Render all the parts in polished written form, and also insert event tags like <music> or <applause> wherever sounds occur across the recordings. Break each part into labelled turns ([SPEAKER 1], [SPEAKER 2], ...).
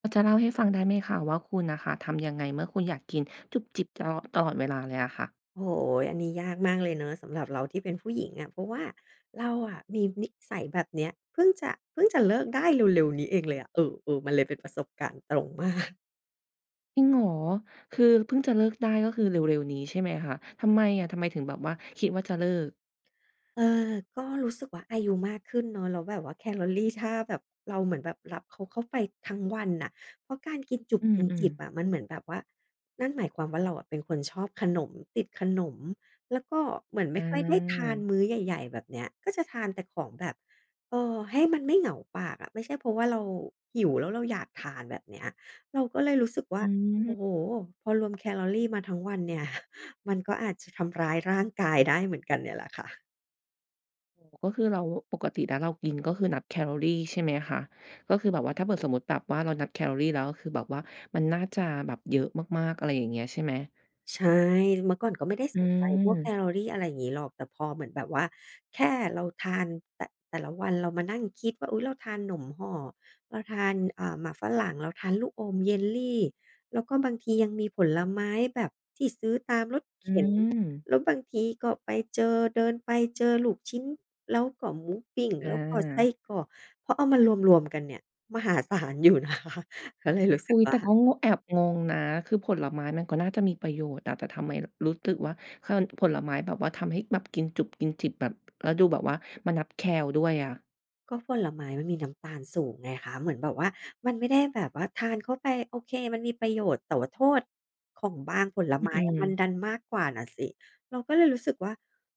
[SPEAKER 1] พอจะเล่าให้ฟังได้ไหมคะว่าคุณน่ะค่ะทำยังไงเมื่อคุณอยากกินจุบจิบตลอดเวลาเลยอะค่ะ
[SPEAKER 2] โอ้โฮอันนี้ยากมากเลยเนาะสำหรับเราที่เป็นผู้หญิงอะเพราะว่าเราอะมีนิสัยแบบเนี้ยเพิ่งจะเลิกได้เร็วๆนี้เองเลยอะเออๆมันเลยเป็นประสบการณ์ตรงมาก
[SPEAKER 1] จริงเหรอคือเพิ่งจะเลิกได้ก็คือเร็วๆนี้ใช่ไหมคะทำไมถึงแบบว่าคิดว่าจะเลิก
[SPEAKER 2] เออก็รู้สึกว่าอายุมากขึ้นเนาะแล้วแบบว่าแคลอรีถ้าแบบเราเหมือนแบบรับเขาเข้าไปทั้งวันน่ะเพราะการกินจุบ
[SPEAKER 1] อื
[SPEAKER 2] กิน
[SPEAKER 1] ม
[SPEAKER 2] จิบอะ
[SPEAKER 1] ๆ
[SPEAKER 2] มันเหมือนแบบว่านั่นหมายความว่าเราอะเป็นคนชอบขนมติดขนมแล้วก็เหมือน
[SPEAKER 1] อ
[SPEAKER 2] ไม่ค่อยได้ทา
[SPEAKER 1] า
[SPEAKER 2] นมื้อใหญ่ๆแบบเนี้ยก็จะทานแต่ของแบบเออให้มันไม่เหงาปากอะไม่ใช่เพราะว่าเราหิวแล้วเราอยากทานแบบเนี้ยเราก็เลยรู้สึกว่า
[SPEAKER 1] อื
[SPEAKER 2] โอ้โฮ
[SPEAKER 1] ม
[SPEAKER 2] พอรวมแคลอรีมาทั้งวันเนี่ย <laughs> มันก็อาจจะทำร้ายร่างกายได้เหมือนกันเนี่ยแหละค่ะ
[SPEAKER 1] ก็คือเราปกติแล้วเรากินก็คือนับแคลอรีใช่ไหมคะก็คือแบบว่าถ้าเผื่อสมมุติแบบว่าเรานับแคลอรีแล้วก็คือแบบว่ามันน่าจะแบบเยอะมากๆอะไรอย่างเงี้ยใช่ไหม
[SPEAKER 2] ใช่เมื่อก่อนก็ไม่ได้
[SPEAKER 1] อื
[SPEAKER 2] สนใจพว
[SPEAKER 1] ม
[SPEAKER 2] กแคลอรีอะไรอย่างงี้หรอกแต่พอเหมือนแบบว่าแค่เราทานแต่แต่ละวันเรามานั่งคิดว่าอุ๊ยเราทานหนมห่อเราทานหมากฝรั่งเราทานลูกอมเยลลีแล้วก็บางทียังมีผลไม้แบบที่ซื้อตามรถ
[SPEAKER 1] อื
[SPEAKER 2] เข็น
[SPEAKER 1] ม
[SPEAKER 2] แล้วบางทีก็ไปเจอเดินไปเจอลูกชิ้นแล้วก็หมูปิ้ง
[SPEAKER 1] อ
[SPEAKER 2] แล้วก็ไส้
[SPEAKER 1] า
[SPEAKER 2] กรอกพอเอามารวมๆกันเนี่ยมหาศาลอยู่นะ <laughs> คะก็เลยรู้สึ
[SPEAKER 1] อุ๊
[SPEAKER 2] ก
[SPEAKER 1] ยแต่
[SPEAKER 2] ว่า
[SPEAKER 1] ก็งงแอบงงนะคือผลไม้มันก็น่าจะมีประโยชน์อะแต่ทำไมรู้สึกว่าคผลไม้แบบว่าทำให้แบบกินจุบกินจิบแบบแล้วดูแบบว่ามานับแคลด้วยอะ
[SPEAKER 2] ก็ผลไม้มันมีน้ำตาลสูงไงคะเหมือนแบบว่ามันไม่ได้แบบว่าทานเข้าไปโอเคมันมีประโยชน์แต่ว่าโทษของบางผลไม้
[SPEAKER 1] อืม
[SPEAKER 2] อะมันดันมากกว่าน่ะสิเราก็เลยรู้สึกว่า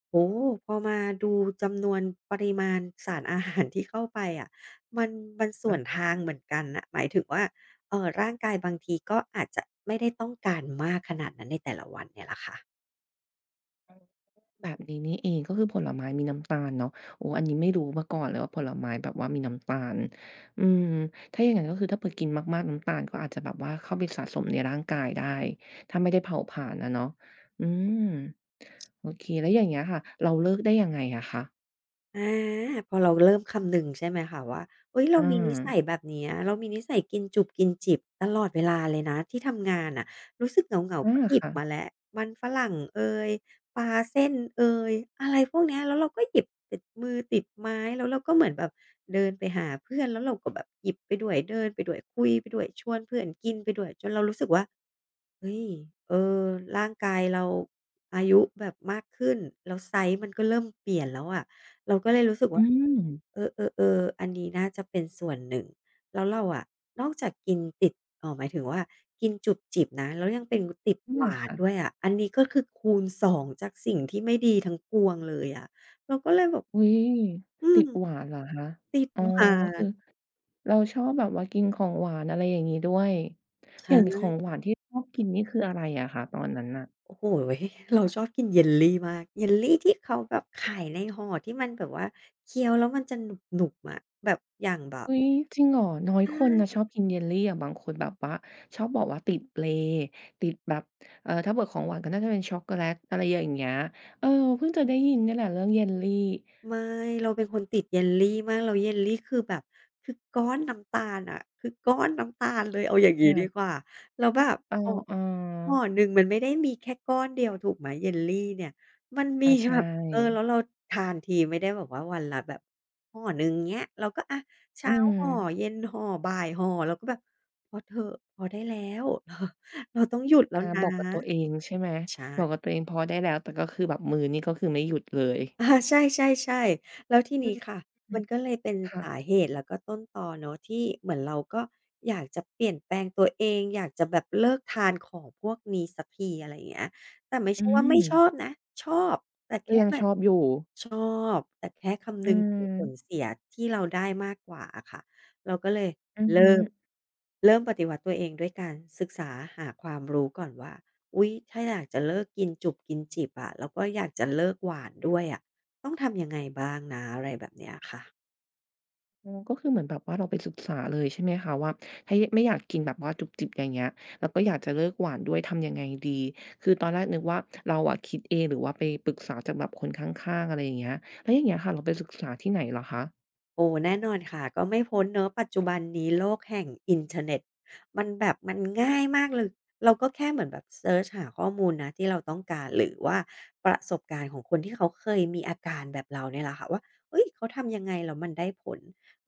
[SPEAKER 2] โอ้โฮพอมาดูจำนวนปริมาณสารอาหารที่เข้าไปอะมันมัน
[SPEAKER 1] ๆ
[SPEAKER 2] ส่ว
[SPEAKER 1] อะ
[SPEAKER 2] นทางเหมือนกันน่ะหมายถึงว่าร่างกายบางทีก็อาจจะไม่ได้ต้องการมากขนาดนั้นในแต่ละวันเนี่ยแหละค่ะ
[SPEAKER 1] แบบนี้นี่เองก็คือผลไม้มีน้ำตาลเนาะโอ้อันนี้ไม่รู้มาก่อนเลยว่าผลไม้แบบว่ามีน้ำตาลอืมถ้าอย่างงั้นก็คือถ้าเผื่อกินมากๆน้ำตาลก็อาจจะแบบว่าเข้าไปสะสมในร่างกายได้ถ้าไม่ได้เผาผลาญอะเนาะอืมโอเคแล้วอย่างเงี้ยค่ะเราเลิกได้ยังไงอะคะ
[SPEAKER 2] อาพอเราเริ่มคำนึงใช่ไหมคะว่าเฮ้ยเรา
[SPEAKER 1] อ
[SPEAKER 2] มีนิ
[SPEAKER 1] า
[SPEAKER 2] สัยแบบเนี้ยเรามีนิสัยกินจุบกินจิบตลอดเวลาเลยนะที่ทำงานน่ะรู้สึกเหงา
[SPEAKER 1] อา
[SPEAKER 2] ๆก็หยิบ
[SPEAKER 1] ค่ะ
[SPEAKER 2] มาแล้วมันฝรั่งเอยปลาเส้นเอยอะไรพวกเนี้ยแล้วเราก็หยิบติดมือติดไม้แล้วเราก็เหมือนแบบเดินไปหาเพื่อนแล้วเราก็แบบหยิบไปด้วยเดินไปด้วยคุยไปด้วยชวนเพื่อนกินไปด้วยจนเรารู้สึกว่า เฮ้ยเออร่างกายเราอายุแบบมากขึ้นแล้วไซซ์มันก็เริ่มเปลี่ยนแล้วอะเราก็เลยรู้สึก
[SPEAKER 1] อื
[SPEAKER 2] ว่า
[SPEAKER 1] ม
[SPEAKER 2] เออๆๆอันนี้น่าจะเป็นส่วนหนึ่งแล้วเราอะนอกจากกินติดหมายถึงว่ากินจุบจิบนะแล้วยังเป็นติดห
[SPEAKER 1] อา
[SPEAKER 2] วาน
[SPEAKER 1] ค่ะ
[SPEAKER 2] ด้วยอะอันนี้ก็คือคูณสองจากสิ่งที่ไม่ดีทั้งปวงเลยอะเราก็เลยแบบ
[SPEAKER 1] อุ๊ย
[SPEAKER 2] อื
[SPEAKER 1] ติ
[SPEAKER 2] ม
[SPEAKER 1] ดหวานเหรอคะ
[SPEAKER 2] ติด
[SPEAKER 1] อ๋อ
[SPEAKER 2] หวา
[SPEAKER 1] คื
[SPEAKER 2] น
[SPEAKER 1] อเราชอบแบบว่ากินของหวานอะไรอย่างงี้ด้วยอ
[SPEAKER 2] ใช่
[SPEAKER 1] ย่างของหวานที่ชอบกินนี่คืออะไรอะคะตอนนั้นน่ะ
[SPEAKER 2] โอ้โฮเราชอบกินเยลลีมากเยลลีที่เขาแบบขายในห่อที่มันแบบว่าเคี้ยวแล้วมันจะหนุบๆอะแบบอย่างแบบ
[SPEAKER 1] อุ๊ยจริงเหรอน้อย
[SPEAKER 2] ใช
[SPEAKER 1] คนนะ
[SPEAKER 2] ่
[SPEAKER 1] ชอบกินเยลลีอะบางคนแบบว่าชอบบอกว่าติดเปรย์ติดแบบถ้าเผื่อของหวานก็น่าจะเป็นช็อกโกแลตอะไรอย่างเงี้ยเออเพิ่งจะได้ยินเนี่ยแหละเรื่องเยลลี
[SPEAKER 2] ไม่เราเป็นคนติดเยลลีมากแล้วเยลลีคือแบบคือก้อนน้ำตาลอะคือก้อนน้ำตาลเลยเอาอย่างงี้ดี
[SPEAKER 1] อา
[SPEAKER 2] กว่าแล้วแบบ
[SPEAKER 1] เอ
[SPEAKER 2] ห่อ
[SPEAKER 1] อ
[SPEAKER 2] ห่อ
[SPEAKER 1] ๆ
[SPEAKER 2] หนึ่งมันไม่ได้มีแค่ก้อนเดียวถูกไหมเยลลีเนี่ยมันมี
[SPEAKER 1] อาใช่
[SPEAKER 2] แบบเออแล้วเราทานทีไม่ได้แบบว่าวันละแบบห่อหนึ่งเงี้ยเราก็อะ
[SPEAKER 1] อื
[SPEAKER 2] เช้า
[SPEAKER 1] ม
[SPEAKER 2] ห่อเย็นห่อบ่ายห่อเราก็แบบพอเถอะพอได้แล้วเราต้องหยุดแล้
[SPEAKER 1] อา
[SPEAKER 2] วนะ
[SPEAKER 1] บอกกับตัวเองใช่ไหม
[SPEAKER 2] ใช่
[SPEAKER 1] บอกกับตัวเองพอได้แล้วแต่ก็คือแบบมือนี่ก็คือไม่หยุดเลย
[SPEAKER 2] อาใช่ๆๆแล้วที
[SPEAKER 1] อื
[SPEAKER 2] นี้
[SPEAKER 1] ม
[SPEAKER 2] ค่ะ
[SPEAKER 1] อื
[SPEAKER 2] มั
[SPEAKER 1] ม
[SPEAKER 2] นก็เลยเป็น
[SPEAKER 1] ค่ะ
[SPEAKER 2] สาเหตุแล้วก็ต้นตอเนาะที่เหมือนเราก็อยากจะเปลี่ยนแปลงตัวเองอยากจะแบบเลิกทานของพวกนี้สักทีอะไรอย่างเงี้ยแต่ไม่
[SPEAKER 1] อื
[SPEAKER 2] ใช่ว่าไม่
[SPEAKER 1] ม
[SPEAKER 2] ชอบนะชอบแต่
[SPEAKER 1] ก็
[SPEAKER 2] แค่
[SPEAKER 1] ยัง
[SPEAKER 2] แบ
[SPEAKER 1] ช
[SPEAKER 2] บ
[SPEAKER 1] อบอยู่
[SPEAKER 2] ชอบแต่แค่คำ
[SPEAKER 1] อื
[SPEAKER 2] นึงถึงผล
[SPEAKER 1] ม
[SPEAKER 2] เสียที่เราได้มากกว่าอะค่ะเราก็เลย
[SPEAKER 1] อือ
[SPEAKER 2] เริ่
[SPEAKER 1] ฮึ
[SPEAKER 2] มเริ่มปฏิวัติตัวเองด้วยการศึกษาหาความรู้ก่อนว่าอุ๊ยถ้าอยากจะเลิกกินจุบกินจิบอะแล้วก็อยากจะเลิกหวานด้วยอะ ต้องทำยังไงบ้างนะอะไรแบบเนี้ยค่ะ
[SPEAKER 1] อ๋อก็คือเหมือนแบบว่าเราไปศึกษาเลยใช่ไหมคะว่าถ้ายไม่อยากกินแบบว่าจุบจิบอย่างเงี้ยแล้วก็อยากจะเลิกหวานด้วยทำยังไงดีคือตอนแรกนึกว่าเราอะคิดเองหรือว่าไปปรึกษาจากแบบคนข้างๆอะไรอย่างเงี้ยแล้วอย่างเงี้ยค่ะเราไปศึกษาที่ไหนเหรอคะ
[SPEAKER 2] โอ้แน่นอนค่ะก็ไม่พ้นเนอะปัจจุบันนี้โลกแห่งอินเทอร์เน็ตมันแบบมันง่ายมากเลยเราก็แค่เหมือนแบบเซิร์ชหาข้อมูลนะที่เราต้องการหรือว่าประสบการณ์ของคนที่เขาเคยมีอาการแบบเราเนี่ยแหละค่ะว่าเฮ้ยเขาทำยังไงแล้วมันได้ผล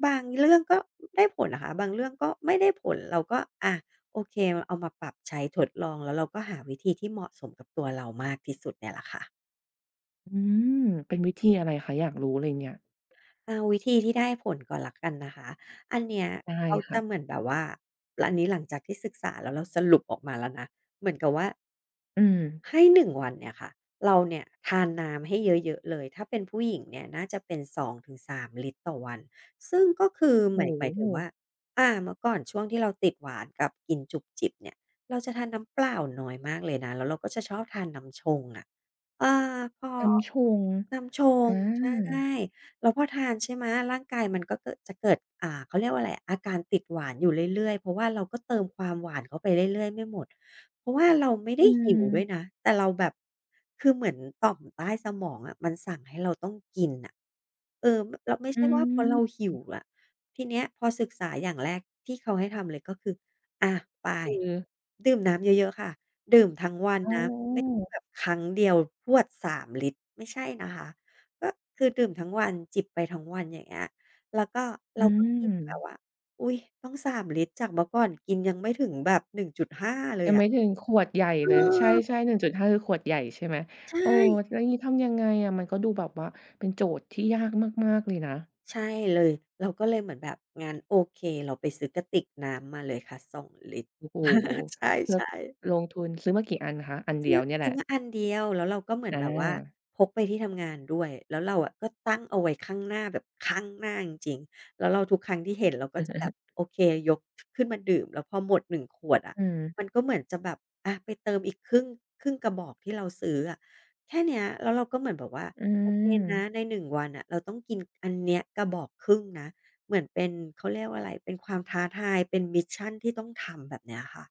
[SPEAKER 2] บางเรื่องก็ได้ผลนะคะบางเรื่องก็ไม่ได้ผลเราก็อะโอเคเอามาปรับใช้ทดลองแล้วเราก็หาวิธีที่เหมาะสมกับตัวเรามากที่สุดเนี่ยแหละค่ะ
[SPEAKER 1] อืมเป็นวิธีอะไรคะอยากรู้เลยเนี่ย
[SPEAKER 2] เอาวิธีที่ได้ผลก่อนลักกันนะคะ อันเนี้ย
[SPEAKER 1] ได้
[SPEAKER 2] เขา
[SPEAKER 1] ค่ะ
[SPEAKER 2] จะเหมือนแบบว่าอันนี้หลังจากที่ศึกษาแล้วเราสรุปออกมาแล้วนะ เหมือนกับว่า
[SPEAKER 1] อืม
[SPEAKER 2] ให้1วันเนี่ยค่ะเราเนี่ยทานน้ำให้เยอะๆเลยถ้าเป็นผู้หญิงเนี่ยน่าจะเป็นสองถึงสามลิตรต่อวันซึ่งก็คือ
[SPEAKER 1] โอ้
[SPEAKER 2] หมาย
[SPEAKER 1] โฮ
[SPEAKER 2] ถึงว่าเมื่อก่อนช่วงที่เราติดหวานกับกินจุบจิบเนี่ยเราจะทานน้ำเปล่าน้อยมากเลยนะแล้วเราก็จะชอบทานน้ำชงอะอาพอ
[SPEAKER 1] กำชง
[SPEAKER 2] น้ำชง
[SPEAKER 1] อา
[SPEAKER 2] ใช่แล้วพอทานใช่ไหมร่างกายมันก็เกิดจะเกิดเขาเรียกว่าอะไรอาการติดหวานอยู่เรื่อยๆเพราะว่าเราก็เติมความหวานเข้าไปเรื่อยๆไม่หมด เพราะว่าเราไม่
[SPEAKER 1] อื
[SPEAKER 2] ได้หิวด้วยนะ
[SPEAKER 1] ม
[SPEAKER 2] แต่เราแบบคือเหมือนต่อมใต้สมองอะมันสั่งให้เราต้องกินน่ะเออมเราไม่
[SPEAKER 1] อื
[SPEAKER 2] ใช่ว่าเพอเรา
[SPEAKER 1] ม
[SPEAKER 2] หิวอะทีเนี้ยพอศึกษาอย่างแรกที่เขาให้ทำเลยก็คืออะไป
[SPEAKER 1] คือ
[SPEAKER 2] ดื่มน้ำเยอะๆค่ะดื่มทั้งวัน
[SPEAKER 1] อ๋
[SPEAKER 2] นะไม่
[SPEAKER 1] อ
[SPEAKER 2] ใช่แบบครั้งเดียวพรวด3ลิตรไม่ใช่นะคะก็คือดื่มทั้งวันจิบไปทั้งวันอย่างเงี้ยแล้วก็
[SPEAKER 1] อื
[SPEAKER 2] เราก็
[SPEAKER 1] ม
[SPEAKER 2] กินแบบว่าอุ๊ยต้อง3ลิตรจากเมื่อก่อนกินยังไม่ถึงแบบหนึ่งจุดห้าเล
[SPEAKER 1] ยั
[SPEAKER 2] ย
[SPEAKER 1] งไม่
[SPEAKER 2] อะ
[SPEAKER 1] ถึงขวดใหญ่
[SPEAKER 2] เอ
[SPEAKER 1] เลย ใช
[SPEAKER 2] อ
[SPEAKER 1] ่ๆ1.5คือขวดใหญ่ใช่ไหม
[SPEAKER 2] ใช่
[SPEAKER 1] เออแล้วงี้ทำยังไงอะ มันก็ดูแบบว่าเป็นโจทย์ที่ยากมากๆเลยนะ
[SPEAKER 2] ใช่เลยเราก็เลยเหมือนแบบงั้นโอเคเราไปซื้อกระติกน้ำมาเลยค่ะสองลิตร
[SPEAKER 1] โอ้โฮ
[SPEAKER 2] <laughs> ใ
[SPEAKER 1] เลือก
[SPEAKER 2] ช่ๆ
[SPEAKER 1] ลงทุนซื้อมากี่อันคะ อันเดียวเนี่ยแห
[SPEAKER 2] ซื้อ
[SPEAKER 1] ละ
[SPEAKER 2] มาอันเดียวแล้วเราก็เหมื
[SPEAKER 1] อ
[SPEAKER 2] อนแบบว่า
[SPEAKER 1] า
[SPEAKER 2] พกไปที่ทำงานด้วยแล้วเราอะก็ตั้งเอาไว้ข้างหน้าแบบข้างหน้าจริงๆแล้วเราทุกครั้งที่เห็นเราก็จะแบบ
[SPEAKER 1] <laughs>
[SPEAKER 2] โอเคยกขึ้นมาดื่มแล้วพอหมดหนึ่งขวดอะ
[SPEAKER 1] อื
[SPEAKER 2] มันก็เหมือนจะแบบไปเติมอีกครึ่งกระบอกที่เราซื้ออะแค่เนี้ยแล้วเราก็เหมือนแบบว่า
[SPEAKER 1] ออื
[SPEAKER 2] โอเค
[SPEAKER 1] ม
[SPEAKER 2] นะในหนึ่งวันอะเราต้องกินอันเนี้ยกระบอกครึ่งนะเหมือนเป็นเขาเรียกว่าอะไรเป็นความท้าทายเป็นมิชชันที่ต้องทำแบบเนี้ยค่ะ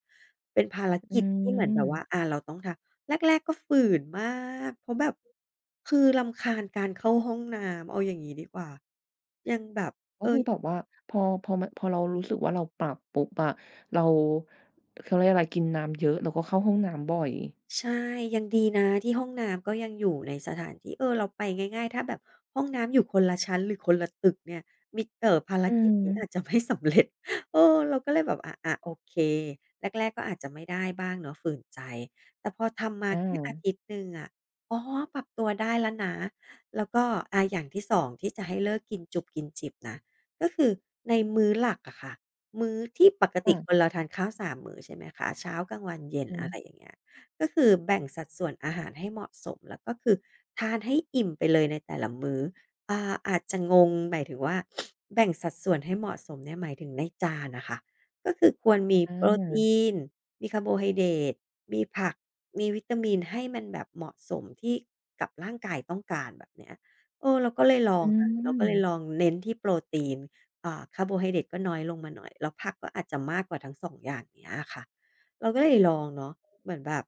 [SPEAKER 2] เป็นภาร
[SPEAKER 1] อื
[SPEAKER 2] กิจที่เหมือนแบบว่า
[SPEAKER 1] ม
[SPEAKER 2] เราต้องทำ แรกๆก็ฝืนมากเพราะแบบคือรำคาญการเข้าห้องน้ำเอาอย่างงี้ดีกว่ายังแบบ
[SPEAKER 1] ก็
[SPEAKER 2] เอ
[SPEAKER 1] คื
[SPEAKER 2] อ
[SPEAKER 1] อแบบว่าพอมันพอเรารู้สึกว่าเราปรับปุ๊บอะเราเขาเรียกอะไรกินน้ำเยอะเราก็เข้าห้องน้ำบ่อย
[SPEAKER 2] ใช่ยังดีนะที่ห้องน้ำก็ยังอยู่ในสถานที่เออเราไปง่ายๆถ้าแบบห้องน้ำอยู่คนละชั้นหรือคนละตึกเนี่ยมิเอ่อภาร
[SPEAKER 1] อื
[SPEAKER 2] กิจ
[SPEAKER 1] ม
[SPEAKER 2] นี้อาจจะไม่สำเร็จ <laughs> เออเราก็เลยแบบอะๆโอเคแรกๆก็อาจจะไม่ได้บ้างเนาะฝืนใจแต่พอทำมา
[SPEAKER 1] อ
[SPEAKER 2] แค่อา
[SPEAKER 1] า
[SPEAKER 2] ทิตย์หนึ่งอะอ๋อปรับตัวได้แล้วนะแล้วก็อย่างที่สองที่จะให้เลิกกินจุบกินจิบนะก็คือในมื้อหลักอะค่ะมื้อที่ปกติ
[SPEAKER 1] ค่ะ
[SPEAKER 2] คนเราทานข้าว3มื้อใช่ไหมคะเช้ากลางวันเย็น
[SPEAKER 1] อื
[SPEAKER 2] อะไร
[SPEAKER 1] ม
[SPEAKER 2] อย่างเงี้ย ก็คือแบ่งสัดส่วนอาหารให้เหมาะสมแล้วก็คือทานให้อิ่มไปเลยในแต่ละมื้ออาจจะงงหมายถึงว่าแบ่งสัดส่วนให้เหมาะสมเนี่ยหมายถึงในจานน่ะค่ะก็คือควรมี
[SPEAKER 1] อา
[SPEAKER 2] โปรตีนมีคาร์โบไฮเดรตมีผักมีวิตามินให้มันแบบเหมาะสมที่กับร่างกายต้องการแบบเนี้ยเออเราก็เลยลอ
[SPEAKER 1] อื
[SPEAKER 2] งค่ะเราก็เลย
[SPEAKER 1] ม
[SPEAKER 2] ลองเน้นที่โปรตีนคาร์โบไฮเดรตก็น้อยลงมาหน่อยแล้วผักก็อาจจะมากกว่าทั้ง2อย่างเงี้ยอะค่ะเราก็เลยลองเนาะ เหมือนแบบ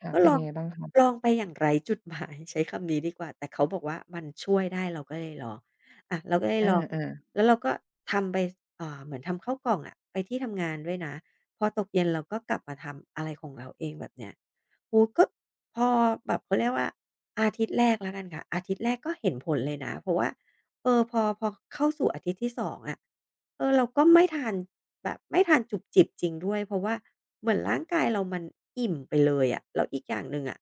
[SPEAKER 1] ค่ะ
[SPEAKER 2] ก็
[SPEAKER 1] เป็
[SPEAKER 2] ล
[SPEAKER 1] น
[SPEAKER 2] อ
[SPEAKER 1] ยั
[SPEAKER 2] ง
[SPEAKER 1] งไงบ้างคะ
[SPEAKER 2] ลองไปอย่างไร้จุดหมาย <laughs> ใช้คำนี้ดีกว่าแต่เขาบอกว่ามันช่วยได้เราก็เลยลองเราก็เลย
[SPEAKER 1] อ
[SPEAKER 2] ลอง
[SPEAKER 1] า
[SPEAKER 2] แล้วเราก็ทำไปเหมือนทำข้าวกล่องอะไปที่ทำงานด้วยนะพอตกเย็นเราก็กลับมาทำอะไรของเราเองแบบเนี้ยโอ้โฮก็พอแบบเขาเรียกว่าอาทิตย์แรกแล้วกันค่ะอาทิตย์แรกก็เห็นผลเลยนะเพราะว่า เออพอพอเข้าสู่อาทิตย์ที่สองอะเออเราก็ไม่ทานแบบไม่ทานจุบจิบจริงด้วยเพราะว่าเหมือนร่างกายเรามันอิ่มไปเลยอะแล้วอีกอย่างหนึ่งอะ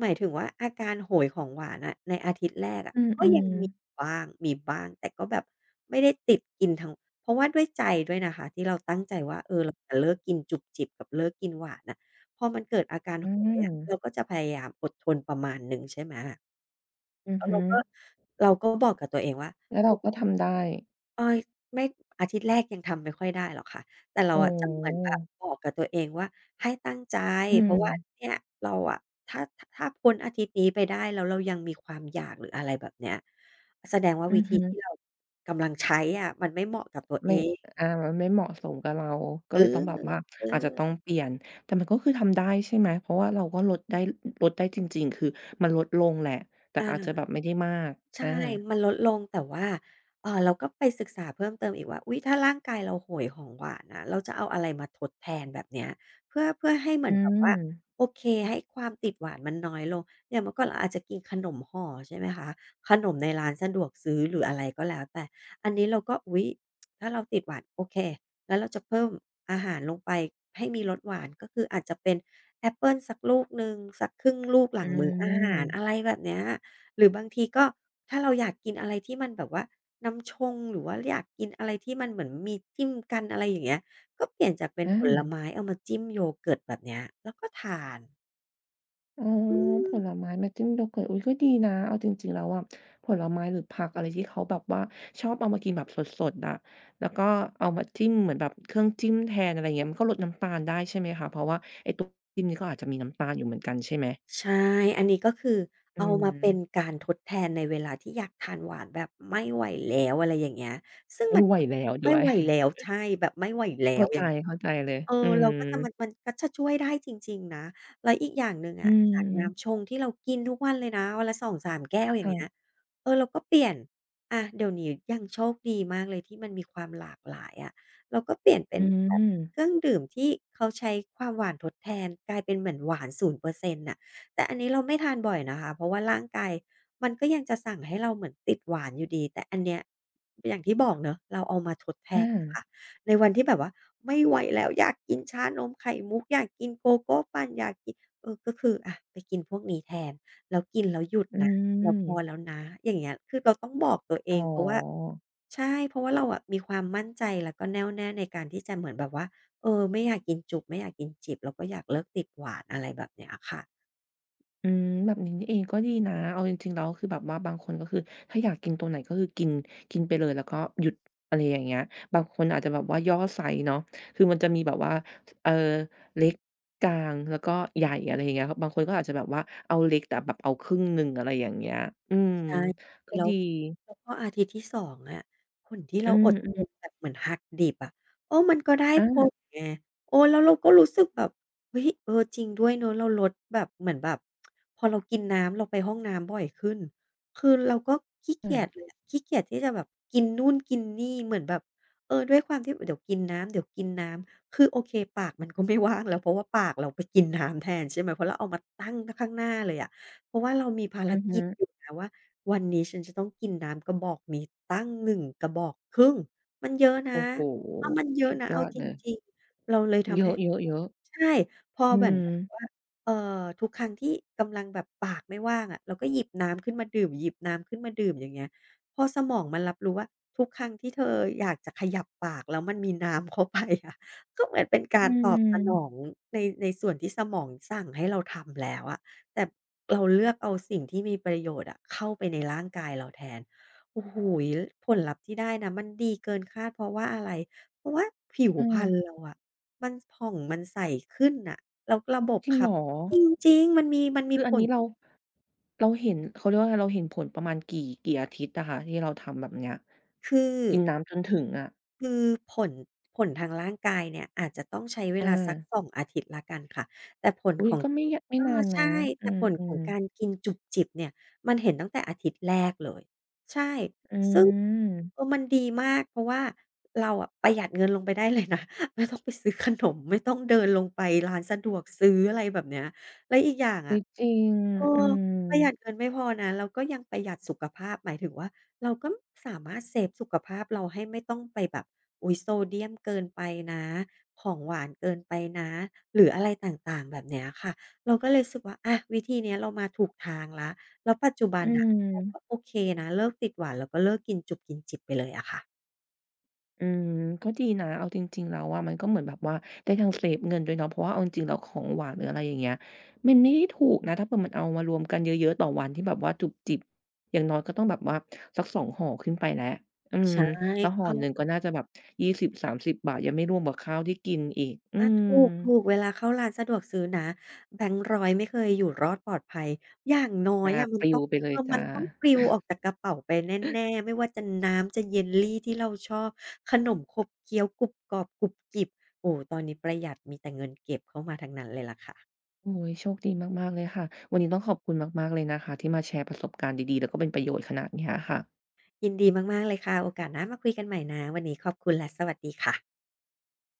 [SPEAKER 2] หมายถึงว่าอาการโหยของหวานอะในอาทิตย์แรก
[SPEAKER 1] ๆ
[SPEAKER 2] อะ
[SPEAKER 1] อื
[SPEAKER 2] ก็ยัง
[SPEAKER 1] ม
[SPEAKER 2] มี
[SPEAKER 1] ๆ
[SPEAKER 2] บ้างมีบ้างแต่ก็แบบไม่ได้ติดกินทั้งเพราะว่าด้วยใจด้วยนะคะที่เราตั้งใจว่าเออเราจะเลิกกินจุบจิบกับเลิกกินหวานน่ะพอมันเกิดอาการ
[SPEAKER 1] อื
[SPEAKER 2] โหย
[SPEAKER 1] ม
[SPEAKER 2] อะเราก็จะพยายามอดทนประมาณหนึ่งใช่ไหม
[SPEAKER 1] อือ
[SPEAKER 2] แล้ว
[SPEAKER 1] ฮึ
[SPEAKER 2] เราก็บอกกับตัวเองว่า
[SPEAKER 1] แล้วเราก็ทำได้
[SPEAKER 2] เอ๊ไม่อาทิตย์แรกยังทำไม่ค่อยได้หรอกค่ะแต่เรา
[SPEAKER 1] อ๋อ
[SPEAKER 2] อะจะเหมือนแบบบอกกับตัวเองว่าให้ตั้งใจ
[SPEAKER 1] อื
[SPEAKER 2] เพราะว่า
[SPEAKER 1] ม
[SPEAKER 2] เนี่ยเราอะถ้าพ้นอาทิตย์นี้ไปได้แล้วเรายังมีความอยากหรืออะไรแบบเนี้ยแสดงว่า
[SPEAKER 1] อื
[SPEAKER 2] วิ
[SPEAKER 1] อ
[SPEAKER 2] ธี
[SPEAKER 1] ฮึ
[SPEAKER 2] ที่เรากำลังใช้อะมันไม่เหมาะกับตัวเอ
[SPEAKER 1] ไม่
[SPEAKER 2] ง
[SPEAKER 1] อามันไม่เหมาะสมกับเราก็
[SPEAKER 2] เอ
[SPEAKER 1] เลยต้อ
[SPEAKER 2] อ
[SPEAKER 1] งแบบว่า
[SPEAKER 2] เอ
[SPEAKER 1] อาจจะ
[SPEAKER 2] อ
[SPEAKER 1] ต้องเปลี่ยน แต่มันก็คือทำได้ใช่ไหม เพราะว่าเราก็ลดได้ลดได้จริงๆ คือมันลดลงแหละ แต่อาจจะแบ
[SPEAKER 2] อา
[SPEAKER 1] บไม่ได้มาก
[SPEAKER 2] ใช่
[SPEAKER 1] อา
[SPEAKER 2] มันลดลงแต่ว่าเราก็ไปศึกษาเพิ่มเติมอีกว่าอุ๊ยถ้าร่างกายเราโหยของหวานนะเราจะเอาอะไรมาทดแทนแบบเนี้ยเพื่อให้เหมื
[SPEAKER 1] อื
[SPEAKER 2] อนแบบว่า
[SPEAKER 1] ม
[SPEAKER 2] โอเคให้ความติดหวานมันน้อยลงอย่างเมื่อก่อนเราอาจจะกินขนมห่อใช่ไหมคะขนมในร้านสะดวกซื้อหรืออะไรก็แล้วแต่อันนี้เราก็อุ๊ยถ้าเราติดหวานโอเคงั้นเราจะเพิ่มอาหารลงไปให้มีรสหวานก็คืออาจจะเป็นแอปเปิลสักลูกหนึ่งสักครึ่งลูกหลั
[SPEAKER 1] อื
[SPEAKER 2] งมื้ออาหารอะไร
[SPEAKER 1] ม
[SPEAKER 2] แบบเนี้ย หรือบางทีก็ถ้าเราอยากกินอะไรที่มันแบบว่าน้ำชงหรือว่าอยากกินอะไรที่มันเหมือนมีจิ้มกันอะไรอย่างเงี้ยก็เปลี่ยนจากเป็น
[SPEAKER 1] อ
[SPEAKER 2] ผล
[SPEAKER 1] า
[SPEAKER 2] ไม้เอามาจิ้มโยเกิร์ตแบบเนี้ยแล้วก็ทาน
[SPEAKER 1] อ๋อ
[SPEAKER 2] อื
[SPEAKER 1] ผ
[SPEAKER 2] ม
[SPEAKER 1] ลไม้มาจิ้มโยเกิร์อุ๊ยก็ดีนะเอาจริงๆแล้วอะผลไม้หรือผักอะไรที่เขาแบบว่าชอบเอามากินแบบสดๆอะแล้วก็เอามาจิ้มเหมือนแบบเครื่องจิ้มแทนอะไรอย่างเงี้ยมันก็ลดน้ำตาลได้ใช่ไหมคะเพราะว่าไอ้ตัวจิ้มนี่ก็อาจจะมีน้ำตาลอยู่เหมือนกันใช่ไหม
[SPEAKER 2] ใช่อันนี้ก็คือ
[SPEAKER 1] อื
[SPEAKER 2] เอามาเป็น
[SPEAKER 1] ม
[SPEAKER 2] การทดแทนในเวลาที่อยากทานหวานแบบไม่ไหวแล้วอะไรอย่างเงี้ยซึ่ง
[SPEAKER 1] ไม่
[SPEAKER 2] มัน
[SPEAKER 1] ไหว
[SPEAKER 2] ก็
[SPEAKER 1] แล้วด้
[SPEAKER 2] ไม่
[SPEAKER 1] วย
[SPEAKER 2] ไหวแล้ว
[SPEAKER 1] <laughs>
[SPEAKER 2] ใช่แบบไม่ไหวแล้ว
[SPEAKER 1] เข้า
[SPEAKER 2] อ
[SPEAKER 1] ใจ
[SPEAKER 2] ย่าง
[SPEAKER 1] เข้าใจเลย
[SPEAKER 2] เออ
[SPEAKER 1] อื
[SPEAKER 2] เรา
[SPEAKER 1] ม
[SPEAKER 2] ก็จะมันก็จะช่วยได้จริงๆนะแล้วอีกอย่างหนึ่งอะ
[SPEAKER 1] อื
[SPEAKER 2] จา
[SPEAKER 1] ม
[SPEAKER 2] กน้ำชงที่เรากินทุกวันเลยนะวันละสองสามแก้วอย่าง
[SPEAKER 1] ค่ะ
[SPEAKER 2] เงี้ยเออเราก็เปลี่ยนอะเดี๋ยวนี้ยังโชคดีมากเลยที่มันมีความหลากหลายอะเราก็เปลี่ยนเป็
[SPEAKER 1] อื
[SPEAKER 2] นแบบ
[SPEAKER 1] ม
[SPEAKER 2] เครื่องดื่มที่เขาใช้ความหวานทดแทนกลายเป็นเหมือนหวาน0%นย์เปอร์เซ็นต์น่ะแต่อันนี้เราไม่ทานบ่อยนะคะเพราะว่าร่างกายมันก็ยังจะสั่งให้เราเหมือนติดหวานอยู่ดีแต่อันเนี้ยอย่างที่บอกเนาะเราเอามาทดแท
[SPEAKER 1] อา
[SPEAKER 2] นน่ะค่ะ ในวันที่แบบว่าไม่ไหวแล้วอยากกินชานมไข่มุกอยากกินโกโก้ปั่นอยากกินเออก็คืออะไปกินพวกนี้แทนแล้วกินแล้วหยุด
[SPEAKER 1] อื
[SPEAKER 2] นะเรา
[SPEAKER 1] ม
[SPEAKER 2] พอแล้วนะอย่างเงี้ยคือเราต้องบอกตัวเอ
[SPEAKER 1] อ๋อ
[SPEAKER 2] งเพราะว่าใช่เพราะว่าเราอะมีความมั่นใจแล้วก็แน่วแน่ในการที่จะเหมือนแบบว่าเออไม่อยากกินจุบไม่อยากกินจิบแล้วก็อยากเลิกติดหวานอะไรแบบเนี้ยอะค่ะ
[SPEAKER 1] อืมแบบนี้นี่เองก็ดีนะเอาจริงๆแล้วคือแบบว่าบางคนก็คือถ้าอยากกินตัวไหนก็คือกินกินไปเลยแล้วก็หยุดอะไรอย่างเงี้ยบางคนอาจจะแบบว่าย่อไซซ์เนาะคือมันจะมีแบบว่าเออเล็กกลางแล้วก็ใหญ่อะไรอย่างเงี้ยบางคนก็อาจจะแบบว่าเอาเล็กแต่แบบเอาครึ่งหนึ่งอะไรอย่างเงี้ยอืม
[SPEAKER 2] ใช่
[SPEAKER 1] ก็
[SPEAKER 2] แล้ว
[SPEAKER 1] ดี
[SPEAKER 2] แล้วพออาทิตย์ที่2องอะคนที่
[SPEAKER 1] อื
[SPEAKER 2] เราอ
[SPEAKER 1] ม
[SPEAKER 2] ดทนแบบเหมือนหักดิบอะเออมันก็ได้
[SPEAKER 1] อา
[SPEAKER 2] ผลไงเออแล้วเราก็รู้สึกแบบเฮ้ยเออจริงด้วยเนาะเราลดแบบเหมือนแบบพอเรากินน้ำเราไปห้องน้ำบ่อยขึ้นคือเราก็ขี้เกียจเล
[SPEAKER 1] อ
[SPEAKER 2] ยอะขี้เกียจที่จะแบบกินนู่นกินนี่เหมือนแบบเออด้วยความที่เดี๋ยวกินน้ำเดี๋ยวกินน้ำคือโอเคปากมันก็ไม่ว่างแล้วเพราะว่าปากเราไปกินน้ำแทนใช่ไหมเพราะเราเอามาตั้งข้างหน้าเลยอะ เพราะว่าเรามีภาร
[SPEAKER 1] ือ
[SPEAKER 2] กิ
[SPEAKER 1] ฮึ
[SPEAKER 2] จอยู่นะว่าวันนี้ฉันจะต้องกินน้ำกระบอกนี้ตั้งหนึ่งกระบอกครึ่งมันเยอะนะ
[SPEAKER 1] โอ้โฮ
[SPEAKER 2] เออมันเยอะ
[SPEAKER 1] สุด
[SPEAKER 2] นะ
[SPEAKER 1] ยอ
[SPEAKER 2] เอา
[SPEAKER 1] ด
[SPEAKER 2] จ
[SPEAKER 1] เลย
[SPEAKER 2] ริงๆเราเลย
[SPEAKER 1] เย
[SPEAKER 2] ทำให้
[SPEAKER 1] อะๆๆอะเยอะ
[SPEAKER 2] ใช่พอ
[SPEAKER 1] อื
[SPEAKER 2] เหมือนแบบ
[SPEAKER 1] ม
[SPEAKER 2] ว่าเอ่อทุกครั้งที่กำลังแบบปากไม่ว่างอะเราก็หยิบน้ำขึ้นมาดื่มหยิบน้ำขึ้นมาดื่มอย่างเงี้ยพอสมองมันรับรู้ว่าทุกครั้งที่เธออยากจะขยับปากแล้วมันมีน้ำเข้าไปอะก็เหมือนเป็นกา
[SPEAKER 1] อื
[SPEAKER 2] รต
[SPEAKER 1] ม
[SPEAKER 2] อบสนองในส่วนที่สมองสั่งให้เราทำแล้วอะ แต่เราเลือกเอาสิ่งที่มีประโยชน์อะเข้าไปในร่างกายเราแทนโอ้โฮผลลัพธ์ที่ได้นะมันดีเกินคาดเพราะว่าอะไร เพราะว่าผิว
[SPEAKER 1] เอ
[SPEAKER 2] พ
[SPEAKER 1] อ
[SPEAKER 2] รรณเราอะมันผ่องมันใสขึ้นน่ะแล้วระบบ
[SPEAKER 1] จริงเห
[SPEAKER 2] ขั
[SPEAKER 1] ร
[SPEAKER 2] บ
[SPEAKER 1] อ
[SPEAKER 2] จริงๆมันมันมี
[SPEAKER 1] คืออั
[SPEAKER 2] ผ
[SPEAKER 1] น
[SPEAKER 2] ล
[SPEAKER 1] นี้เราเราเห็นเขาเรียกว่าอะไรเราเห็นผลประมาณกี่กี่อาทิตย์อะคะที่เราทำแบบเนี้ย
[SPEAKER 2] คือ
[SPEAKER 1] กินน้ำจนถึงอะ
[SPEAKER 2] คือผลผลทางร่างกายเนี่ยอาจจะต้องใช้เวลาสัก
[SPEAKER 1] อา
[SPEAKER 2] 2องอาทิตย์แล้วกันค่ะแต่ผล
[SPEAKER 1] อุ๊
[SPEAKER 2] ข
[SPEAKER 1] ย
[SPEAKER 2] อง
[SPEAKER 1] ก็ไม่ยไม่
[SPEAKER 2] เอ
[SPEAKER 1] นา
[SPEAKER 2] อ
[SPEAKER 1] นนะ
[SPEAKER 2] ใช่
[SPEAKER 1] อื
[SPEAKER 2] แต่ผลขอ
[SPEAKER 1] ม
[SPEAKER 2] ง
[SPEAKER 1] ๆ
[SPEAKER 2] การกินจุบจิบเนี่ยมันเห็นตั้งแต่อาทิตย์แรกเลยใช่
[SPEAKER 1] อื
[SPEAKER 2] ซึ่งเอ
[SPEAKER 1] ม
[SPEAKER 2] อมันดีมากเพราะว่าเราอะประหยัดเงินลงไปได้เลยนะ <laughs> ไม่ต้องไปซื้อขนมไม่ต้องเดินลงไปร้านสะดวกซื้ออะไรแบบเนี้ยแล้วอีกอย่าง
[SPEAKER 1] อุ๊
[SPEAKER 2] อะ
[SPEAKER 1] ยจริง
[SPEAKER 2] เอ
[SPEAKER 1] อื
[SPEAKER 2] อ
[SPEAKER 1] ม
[SPEAKER 2] ประหยัดเงินไม่พอนะเราก็ยังประหยัดสุขภาพหมายถึงว่า เราก็สามารถเซฟสุขภาพเราให้ไม่ต้องไปแบบอุ๊ยโซเดียมเกินไปนะของหวานเกินไปนะหรืออะไรต่างๆแบบเนี้ยค่ะเราก็เลยรู้สึกว่าอะวิธีเนี้ยเรามาถูกทางแล้วแล้วปัจจุบั
[SPEAKER 1] อื
[SPEAKER 2] นน่ะเรา
[SPEAKER 1] ม
[SPEAKER 2] ก็โอเคนะเลิกติดหวานแล้วก็เลิกกินจุบกินจิบไปเลยอะค่ะ
[SPEAKER 1] อืมก็ดีนะเอาจริงๆแล้วอะมันก็เหมือนแบบว่าได้ทั้งเซฟเงินด้วยเนาะเพราะว่าเอาจริงๆแล้วของหวานหรืออะไรอย่างเงี้ยมันไม่ได้ถูกนะถ้าเผื่อมันเอามารวมกันเยอะๆต่อวันที่แบบว่าจุบจิบอย่างน้อยก็ต้องแบบว่าสัก2ห่อขึ้นไปแล้วอืม
[SPEAKER 2] ใช่
[SPEAKER 1] แล้วห่อ
[SPEAKER 2] เข้า
[SPEAKER 1] หนึ่งก็น่าจะแบบ20-30บ30 บาทยังไม่รวมกับข้าวที่กินอีกอื
[SPEAKER 2] อา
[SPEAKER 1] ม
[SPEAKER 2] ถูกเวลาเข้าร้านสะดวกซื้อนะแบงค์ร้อยไม่เคยอยู่รอดปลอดภัยอย่างน้อ
[SPEAKER 1] อา
[SPEAKER 2] ยอะมั
[SPEAKER 1] ป
[SPEAKER 2] น
[SPEAKER 1] ลิ
[SPEAKER 2] ต้
[SPEAKER 1] ว
[SPEAKER 2] อง
[SPEAKER 1] ไปเล
[SPEAKER 2] เอ
[SPEAKER 1] ย
[SPEAKER 2] อ
[SPEAKER 1] จ้
[SPEAKER 2] มันต้องปลิว
[SPEAKER 1] ะ
[SPEAKER 2] ออกจากกระเป๋าไปแน่ๆไม่ว่าจะน้ำจะเยลลีที่เราชอบขนมขบเคี้ยวกรุบกรอบกรุบกริบโอ้โฮตอนนี้ประหยัดมีแต่เงินเก็บเข้ามาทั้งนั้นเลยล่ะค่ะ
[SPEAKER 1] โอ้โฮโชคดีมากๆเลยค่ะวันนี้ต้องขอบคุณมากๆเลยนะคะที่มาแชร์ประสบการณ์ดีๆแล้วก็เป็นประโยชน์ขนาดเนี้ยค่ะ
[SPEAKER 2] ยินดีมากๆเลยค่ะโอกาสหน้ามาคุยกันใหม่นะวันนี้ขอบคุณและสวัสดีค่ะ